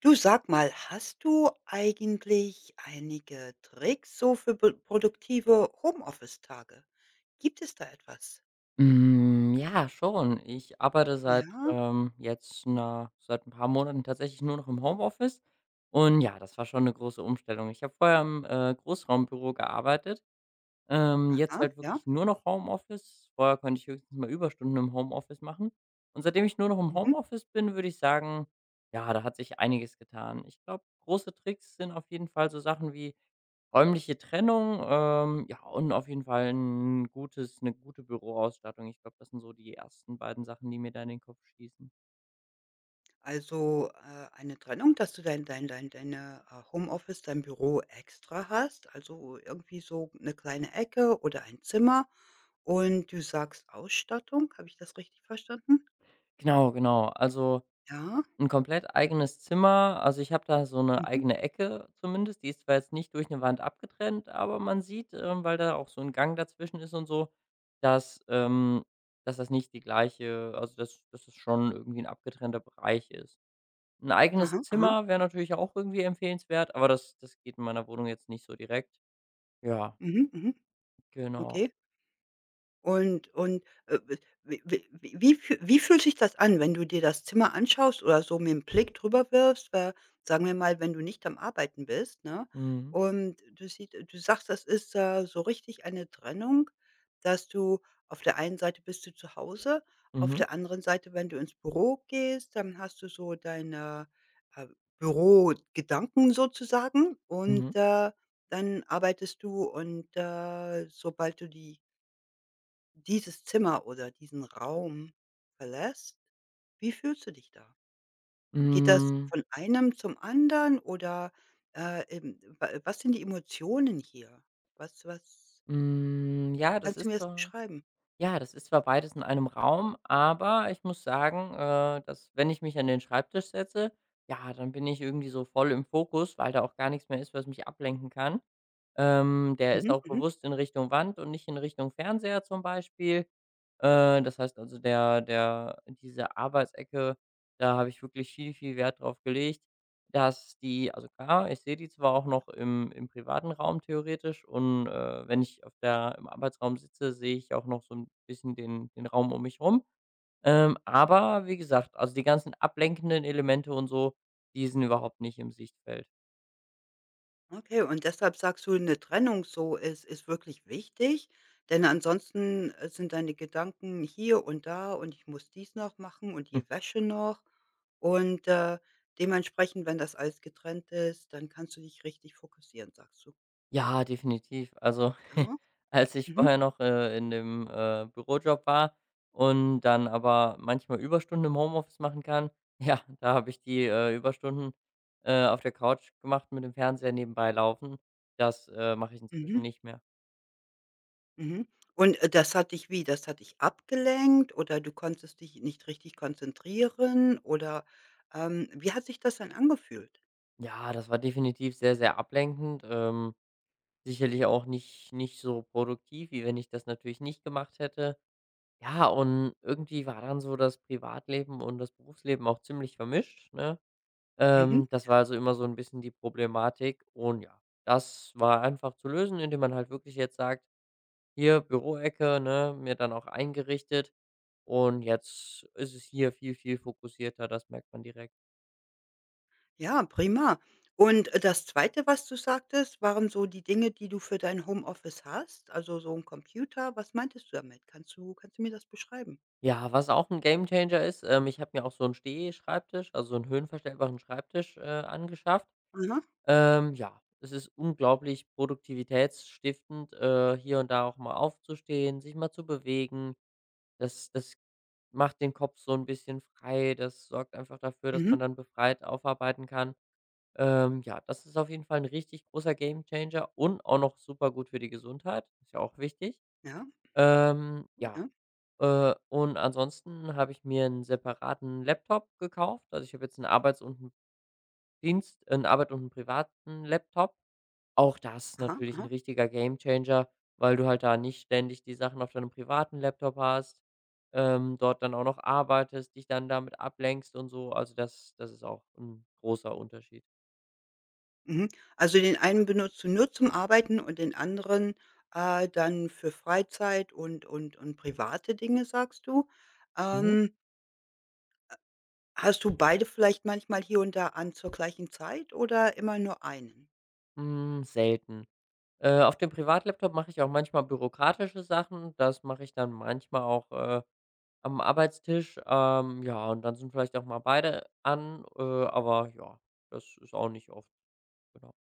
Du sag mal, hast du eigentlich einige Tricks so für pr produktive Homeoffice-Tage? Gibt es da etwas? Ja, schon. Ich arbeite seit, Ja, jetzt seit ein paar Monaten tatsächlich nur noch im Homeoffice, und ja, das war schon eine große Umstellung. Ich habe vorher im, Großraumbüro gearbeitet, jetzt aha, halt ja, wirklich nur noch Homeoffice. Vorher konnte ich höchstens mal Überstunden im Homeoffice machen. Und seitdem ich nur noch im mhm. Homeoffice bin, würde ich sagen, ja, da hat sich einiges getan. Ich glaube, große Tricks sind auf jeden Fall so Sachen wie räumliche Trennung, ja, und auf jeden Fall eine gute Büroausstattung. Ich glaube, das sind so die ersten beiden Sachen, die mir da in den Kopf schießen. Also, eine Trennung, dass du dein dein dein deine, Homeoffice, dein Büro extra hast, also irgendwie so eine kleine Ecke oder ein Zimmer, und du sagst Ausstattung, habe ich das richtig verstanden? Genau, genau. Also, Ja, ein komplett eigenes Zimmer. Also, ich habe da so eine mhm, eigene Ecke zumindest. Die ist zwar jetzt nicht durch eine Wand abgetrennt, aber man sieht, weil da auch so ein Gang dazwischen ist und so, dass, das nicht die gleiche, also, dass das schon irgendwie ein abgetrennter Bereich ist. Ein eigenes aha, aha, Zimmer wäre natürlich auch irgendwie empfehlenswert, aber das geht in meiner Wohnung jetzt nicht so direkt. Ja, mhm, mhm, genau. okay. Und, w w w wie füh wie fühlt sich das an, wenn du dir das Zimmer anschaust oder so mit dem Blick drüber wirfst, sagen wir mal, wenn du nicht am Arbeiten bist, ne? Mhm. Und du siehst, du sagst, das ist so richtig eine Trennung, dass du auf der einen Seite bist du zu Hause, auf Mhm. der anderen Seite, wenn du ins Büro gehst, dann hast du so deine, äh, Bürogedanken sozusagen, undMhm. Dann arbeitest du, und sobald du dieses Zimmer oder diesen Raum verlässt, wie fühlst du dich da? Geht das Hm, von einem zum anderen oder, wa was sind die Emotionen hier? Was was hm, ja, das kannst du mir ist das zwar beschreiben? ja, das ist zwar beides in einem Raum, aber ich muss sagen, dass, wenn ich mich an den Schreibtisch setze, ja, dann bin ich irgendwie so voll im Fokus, weil da auch gar nichts mehr ist, was mich ablenken kann. Der ist Mhm, auch mhm. bewusst in Richtung Wand und nicht in Richtung Fernseher zum Beispiel. Das heißt also, der der diese Arbeitsecke, da habe ich wirklich viel, viel Wert drauf gelegt, dass die, also klar, ich sehe die zwar auch noch im privaten Raum theoretisch, und, wenn ich auf der im Arbeitsraum sitze, sehe ich auch noch so ein bisschen den Raum um mich rum. Aber wie gesagt, also die ganzen ablenkenden Elemente und so, die sind überhaupt nicht im Sichtfeld. Okay, und deshalb sagst du, eine Trennung so ist wirklich wichtig, denn ansonsten sind deine Gedanken hier und da, und ich muss dies noch machen und die Wäsche noch, und dementsprechend, wenn das alles getrennt ist, dann kannst du dich richtig fokussieren, sagst du. Ja, definitiv. Also, Ja. als ich Mhm. vorher noch, in dem, Bürojob war und dann aber manchmal Überstunden im Homeoffice machen kann, ja, da habe ich die, Überstunden, auf der Couch gemacht mit dem Fernseher nebenbei laufen. Das, mache ich inzwischen Mhm. nicht mehr. Mhm. Und, das hat dich wie? Das hat dich abgelenkt, oder du konntest dich nicht richtig konzentrieren, oder, wie hat sich das dann angefühlt? Ja, das war definitiv sehr, sehr ablenkend. Sicherlich auch nicht so produktiv, wie wenn ich das natürlich nicht gemacht hätte. Ja, und irgendwie war dann so das Privatleben und das Berufsleben auch ziemlich vermischt, ne? Mhm. Das war also immer so ein bisschen die Problematik, und ja, das war einfach zu lösen, indem man halt wirklich jetzt sagt: „Hier Büroecke“, ne, mir dann auch eingerichtet, und jetzt ist es hier viel, viel fokussierter, das merkt man direkt. Ja, prima. Und, das Zweite, was du sagtest, waren so die Dinge, die du für dein Homeoffice hast, also so ein Computer. Was meintest du damit? Kannst du mir das beschreiben? Ja, was auch ein Gamechanger ist, ich habe mir auch so einen Stehschreibtisch, also so 'n höhenverstellbaren Schreibtisch, angeschafft. Aha. Ja, es ist unglaublich produktivitätsstiftend, hier und da auch mal aufzustehen, sich mal zu bewegen. Das macht den Kopf so ein bisschen frei. Das sorgt einfach dafür, dass Mhm. man dann befreit aufarbeiten kann. Ja, das ist auf jeden Fall ein richtig großer Gamechanger und auch noch super gut für die Gesundheit, ist ja auch wichtig. Ja, Ja, ja. Und ansonsten habe ich mir einen separaten Laptop gekauft. Also, ich habe jetzt einen Arbeit und einen privaten Laptop. Auch das Aha, natürlich 'n aha. richtiger Gamechanger, weil du halt da nicht ständig die Sachen auf deinem privaten Laptop hast, dort dann auch noch arbeitest, dich dann damit ablenkst und so. Also, das ist auch 'n großer Unterschied. Mhm. Also, den einen benutzt du nur zum Arbeiten und den anderen, dann für Freizeit und private Dinge, sagst du. Mhm. Ähm, hast du beide vielleicht manchmal hier und da an zur gleichen Zeit oder immer nur einen? Hm, selten. Auf dem Privatlaptop mache ich auch manchmal bürokratische Sachen. Das mache ich dann manchmal auch, am Arbeitstisch. Ja, und dann sind vielleicht auch mal beide an, aber ja, das ist auch nicht oft, genau.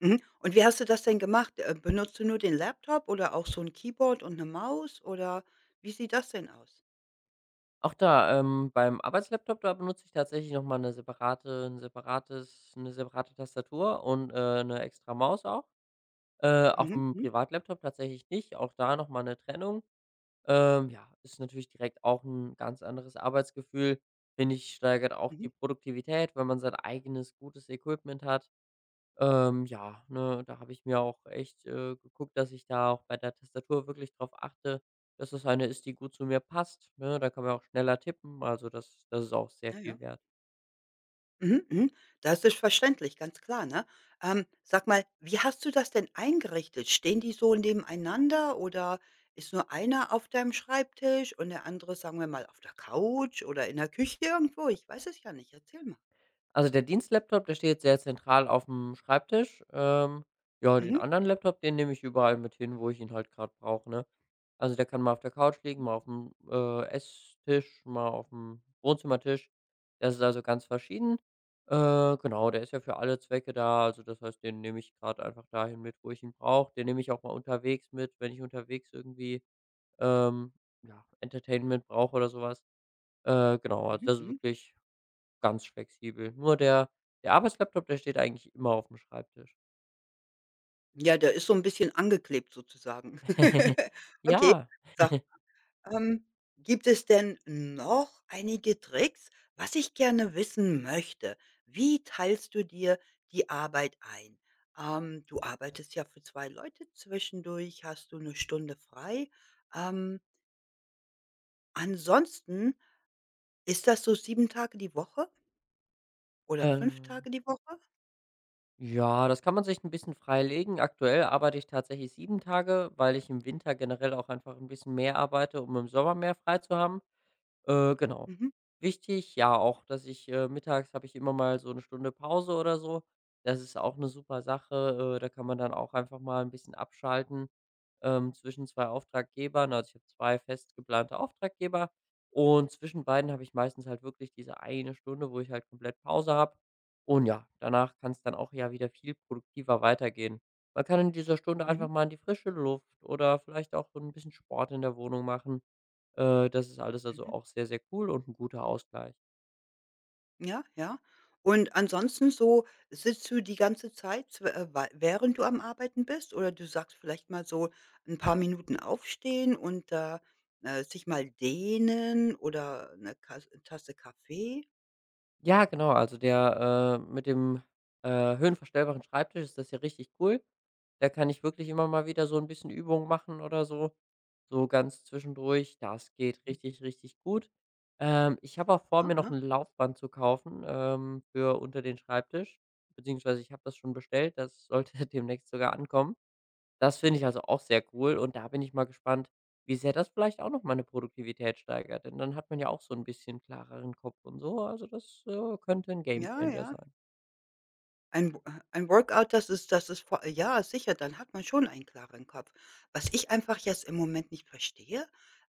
Mhm. Und wie hast du das denn gemacht? Benutzt du nur den Laptop oder auch so ein Keyboard und eine Maus, oder wie sieht das denn aus? Auch da, beim Arbeitslaptop, da benutze ich tatsächlich noch mal 'ne separate ein separates eine separate Tastatur und, 'ne extra Maus auch. Auf Mhm, dem mhm, Privatlaptop tatsächlich nicht, auch da noch mal 'ne Trennung. Ja, ist natürlich direkt auch ein ganz anderes Arbeitsgefühl, finde ich, steigert auch mhm. die Produktivität, wenn man sein eigenes gutes Equipment hat. Ja, ne, da habe ich mir auch echt, geguckt, dass ich da auch bei der Tastatur wirklich drauf achte, dass das eine ist, die gut zu mir passt, ne? Da kann man auch schneller tippen, also das ist auch sehr Ja, viel ja. wert. Mhm, mhm. Das ist verständlich, ganz klar, ne? Sag mal, wie hast du das denn eingerichtet? Stehen die so nebeneinander, oder ist nur einer auf deinem Schreibtisch und der andere, sagen wir mal, auf der Couch oder in der Küche irgendwo? Ich weiß es ja nicht. Erzähl mal. Also, der Dienstlaptop, der steht sehr zentral auf dem Schreibtisch. Ja, den Mhm, anderen Laptop, den nehme ich überall mit hin, wo ich ihn halt gerade brauche, ne? Also, der kann mal auf der Couch liegen, mal auf'm, Esstisch, mal auf dem Wohnzimmertisch. Das ist also ganz verschieden. Genau, der ist ja für alle Zwecke da. Also, das heißt, den nehme ich gerade einfach dahin mit, wo ich ihn brauche. Den nehme ich auch mal unterwegs mit, wenn ich unterwegs irgendwie, ähm, ja, Entertainment brauche oder sowas. Genau, also, mhm, das ist mhm. wirklich ganz flexibel. Nur der Arbeitslaptop, der steht eigentlich immer auf dem Schreibtisch. Ja, der ist so ein bisschen angeklebt sozusagen. Okay. Ja, Sag Ähm, Gibt es denn noch einige Tricks? Was ich gerne wissen möchte: Wie teilst du dir die Arbeit ein? Du arbeitest ja für 2 Leute, zwischendurch hast du eine Stunde frei. Ähm, ansonsten, ist das so 7 Tage die Woche oder 5 ähm, Tage die Woche? ja, das kann man sich ein bisschen freilegen. Aktuell arbeite ich tatsächlich 7 Tage, weil ich im Winter generell auch einfach ein bisschen mehr arbeite, um im Sommer mehr frei zu haben. Genau. Mhm, Wichtig, ja, auch, dass ich mittags habe ich immer mal so eine Stunde Pause oder so. Das ist auch eine super Sache. Da kann man dann auch einfach mal ein bisschen abschalten, zwischen 2 Auftraggebern. Also, ich habe 2 fest geplante Auftraggeber, und zwischen beiden habe ich meistens halt wirklich diese eine Stunde, wo ich halt komplett Pause habe. Und ja, danach kann es dann auch ja wieder viel produktiver weitergehen. Man kann in dieser Stunde einfach mhm, mal in die frische Luft oder vielleicht auch so ein bisschen Sport in der Wohnung machen. Das ist alles also mhm. auch sehr, sehr cool und ein guter Ausgleich. Ja, ja. Und ansonsten so, sitzt du die ganze Zeit, zw wei während du am Arbeiten bist, oder du sagst vielleicht mal so ein paar Minuten aufstehen und da, sich mal dehnen oder eine Kas Tasse Kaffee? Ja, genau, also der, mit dem, höhenverstellbaren Schreibtisch ist das ja richtig cool. Da kann ich wirklich immer mal wieder so ein bisschen Übung machen oder so, so ganz zwischendurch. Das geht Hm. richtig, richtig gut. Ich habe auch vor, mir noch Aha, ein Laufband zu kaufen, für unter den Schreibtisch, beziehungsweise ich habe das schon bestellt. Das sollte demnächst sogar ankommen. Das finde ich also auch sehr cool, und da bin ich mal gespannt, wie sehr das vielleicht auch noch meine Produktivität steigert, denn dann hat man ja auch so ein bisschen klareren Kopf und so. Also, das, könnte ein ja, Gamechanger ja. sein. Ein W ein Workout, das ist vor ja, sicher, dann hat man schon einen klaren Kopf. Was ich einfach jetzt im Moment nicht verstehe,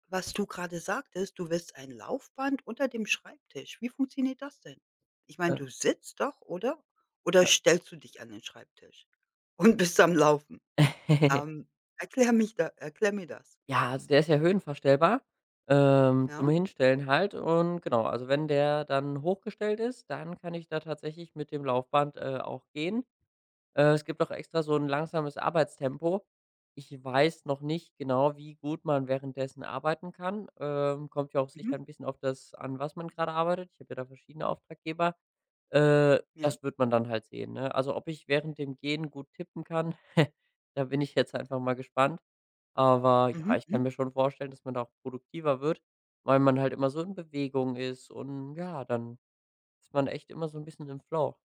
was du gerade sagtest, du willst ein Laufband unter dem Schreibtisch. Wie funktioniert das denn? Ich meine, Ja, du sitzt doch, oder? Oder stellst du dich an den Schreibtisch und bist am Laufen? ja. Ähm, erklär mich da erklär mir das. Ja, also, der ist ja höhenverstellbar, zum Ja? Hinstellen halt, und genau, also, wenn der dann hochgestellt ist, dann kann ich da tatsächlich mit dem Laufband, auch gehen. Es gibt auch extra so ein langsames Arbeitstempo. Ich weiß noch nicht genau, wie gut man währenddessen arbeiten kann. Kommt ja auch sicher Mhm. ein bisschen auf das an, was man gerade arbeitet. Ich habe ja da verschiedene Auftraggeber. Ja. Das wird man dann halt sehen, ne? Also, ob ich während dem Gehen gut tippen kann, da bin ich jetzt einfach mal gespannt. Aber ja, Mhm. ich kann Mhm. mir schon vorstellen, dass man da auch produktiver wird, weil man halt immer so in Bewegung ist, und ja, dann ist man echt immer so ein bisschen im Flow.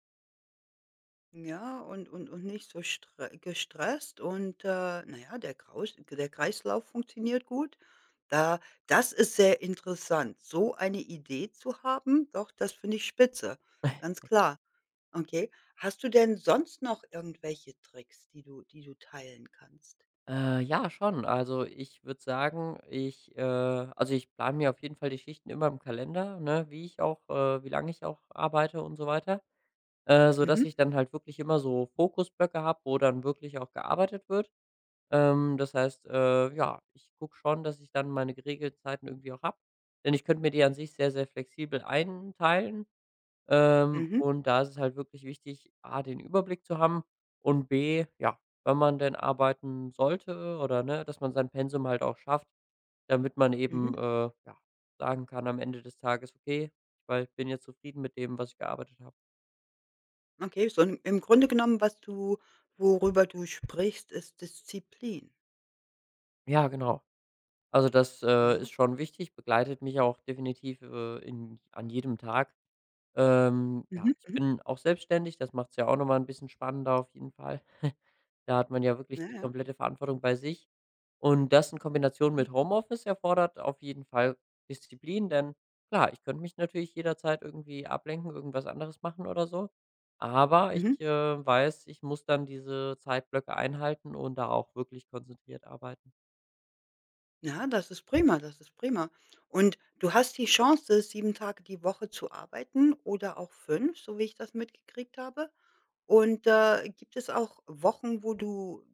Ja, und nicht so stre gestresst und, na ja, der Kreislauf funktioniert gut. Da, das ist sehr interessant, so eine Idee zu haben. Doch, das finde ich spitze, ganz klar. Okay. Hast du denn sonst noch irgendwelche Tricks, die du teilen kannst? Ja, schon. Also, ich würde sagen, ich also, ich plane mir auf jeden Fall die Schichten immer im Kalender, ne, wie ich auch wie lange ich auch arbeite und so weiter, sodass Mhm, ich dann halt wirklich immer so Fokusblöcke habe, wo dann wirklich auch gearbeitet wird. Das heißt, ja, ich gucke schon, dass ich dann meine geregelten Zeiten irgendwie auch habe, denn ich könnte mir die an sich sehr, sehr flexibel einteilen. Mhm, Und da ist es halt wirklich wichtig, A, den Überblick zu haben und B, ja, wenn man denn arbeiten sollte oder, ne, dass man sein Pensum halt auch schafft, damit man mhm. eben, ja, sagen kann am Ende des Tages: „Okay, weil ich bin jetzt zufrieden mit dem, was ich gearbeitet habe.“ Okay, so im Grunde genommen, was du worüber du sprichst, ist Disziplin. Ja, genau. Also das, Ja. ist schon wichtig, begleitet mich auch definitiv, in an jedem Tag. Ja, Mhm, ich mhm. bin auch selbstständig, das macht es ja auch noch mal 'n bisschen spannender auf jeden Fall. Da hat man ja wirklich Ja, die ja. komplette Verantwortung bei sich. Und das in Kombination Mhm, mit Homeoffice erfordert auf jeden Fall Disziplin, denn klar, ich könnte mich natürlich jederzeit irgendwie ablenken, irgendwas anderes machen oder so, aber ich, mhm. Weiß, ich muss dann diese Zeitblöcke einhalten und da auch wirklich konzentriert arbeiten. Ja, das ist prima, das ist prima. Und du hast die Chance, 7 Tage die Woche zu arbeiten oder auch 5, so wie ich das mitgekriegt habe. Und, gibt es auch Wochen, wo du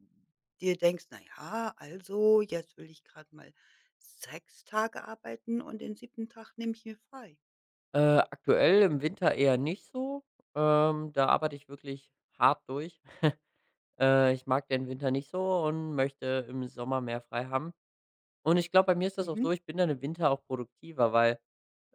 dir denkst: „Na ja, also jetzt will ich gerade mal 6 Tage arbeiten und den siebten Tag nehme ich mir frei.“ Aktuell im Winter eher nicht so, da arbeite ich wirklich hart durch. Ich mag den Winter nicht so und möchte im Sommer mehr frei haben. Und ich glaube, bei mir ist das auch Mhm. so, ich bin dann im Winter auch produktiver, weil,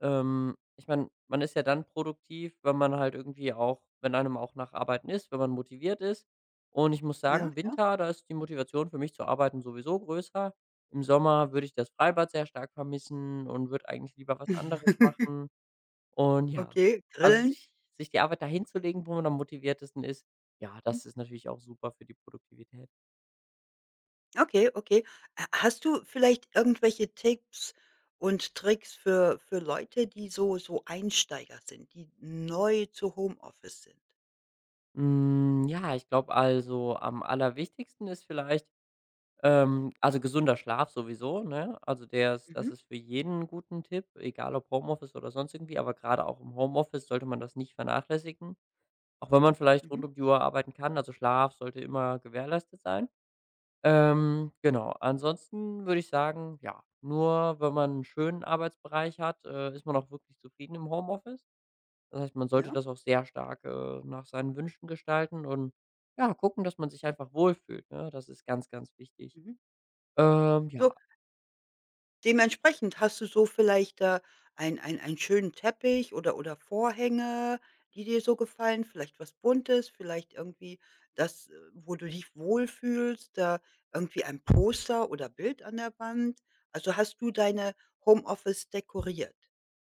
ich meine, man ist ja dann produktiv, wenn man halt irgendwie auch, wenn einem auch nach Arbeiten ist, wenn man motiviert ist. Und ich muss Ja, sagen, ja. Winter, da ist die Motivation für mich zu arbeiten sowieso größer. Im Sommer würde ich das Freibad sehr stark vermissen und würde eigentlich lieber was anderes machen. Und ja, Okay, also grillen. Sich die Arbeit dahin zu legen, wo man am motiviertesten ist, ja, das ist natürlich auch super für die Produktivität. Okay, okay. Ha hast du vielleicht irgendwelche Tipps und Tricks für Leute, die so Einsteiger sind, die neu zu Homeoffice sind? Hm, ja, ich glaube, also, am allerwichtigsten ist vielleicht also, gesunder Schlaf sowieso, ne? Also, der ist das Mhm, ist für jeden 'n guten Tipp, egal ob Homeoffice oder sonst irgendwie, aber gerade auch im Homeoffice sollte man das nicht vernachlässigen, auch wenn man vielleicht mhm, rund um die Uhr arbeiten kann. Also, Schlaf sollte immer gewährleistet sein. Genau, ansonsten würde ich sagen, ja, nur wenn man einen schönen Arbeitsbereich hat, ist man auch wirklich zufrieden im Homeoffice. Das heißt, man sollte ja, das auch sehr stark, nach seinen Wünschen gestalten, und ja, gucken, dass man sich einfach wohlfühlt, ne? Das ist ganz, ganz wichtig. mhm. Ja, So, dementsprechend hast du so vielleicht, einen schönen Teppich oder Vorhänge, die dir so gefallen, vielleicht was Buntes, vielleicht irgendwie das, wo du dich wohlfühlst, da irgendwie ein Poster oder Bild an der Wand. Also, hast du deine Homeoffice dekoriert?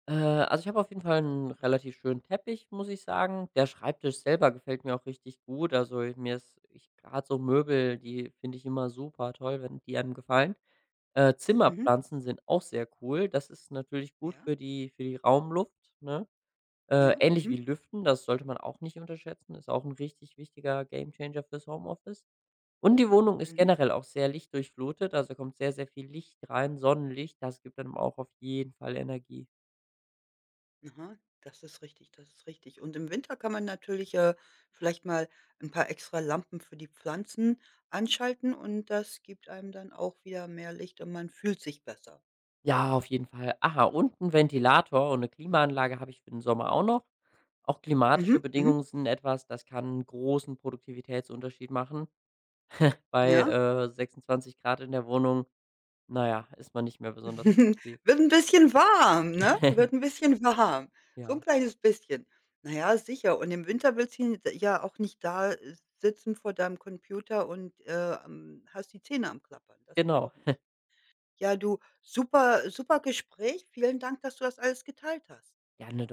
also, ich habe auf jeden Das Fall ist einen die Frage. relativ schönen Teppich, muss ich sagen. Der Schreibtisch selber gefällt mir auch richtig gut. Also, ich- mir ist ich grad so Möbel, die finde ich immer super toll, wenn die einem gefallen. Mhm. Zimmerpflanzen sind auch sehr cool. Das ist natürlich gut Ja, für die Raumluft, ne? Ja. Ähnlich wie Mhm. Lüften, das sollte man auch nicht unterschätzen, ist auch ein richtig wichtiger Gamechanger fürs Homeoffice. Und die Wohnung ist Mhm. generell auch sehr lichtdurchflutet, also kommt sehr, sehr viel Licht rein, Sonnenlicht, das gibt einem auch auf jeden Fall Energie. Aha, das ist richtig, das ist richtig. Und im Winter kann man natürlich, vielleicht mal ein paar extra Lampen für die Pflanzen anschalten, und das gibt einem dann auch wieder mehr Licht und man fühlt sich besser. Ja, auf jeden Fall. Aha, und 'n Ventilator und eine Klimaanlage habe ich für den Sommer auch noch. Auch klimatische Mhm. Mhm. Bedingungen sind etwas, das kann 'n großen Produktivitätsunterschied machen. Bei, Ja. 26 Grad in der Wohnung, naja, ist man nicht mehr besonders produktiv. Wird ein bisschen warm, ne? Wird ein bisschen warm. So ein Ja, kleines bisschen. Na ja, sicher. Und im Winter willst du ja auch nicht da, sitzen vor deinem Computer und, hast die Zähne am Klappern. Das geht genau. auch nicht. Ja, du, super super Gespräch. Vielen Dank, dass du das alles geteilt hast. Ja, 'ne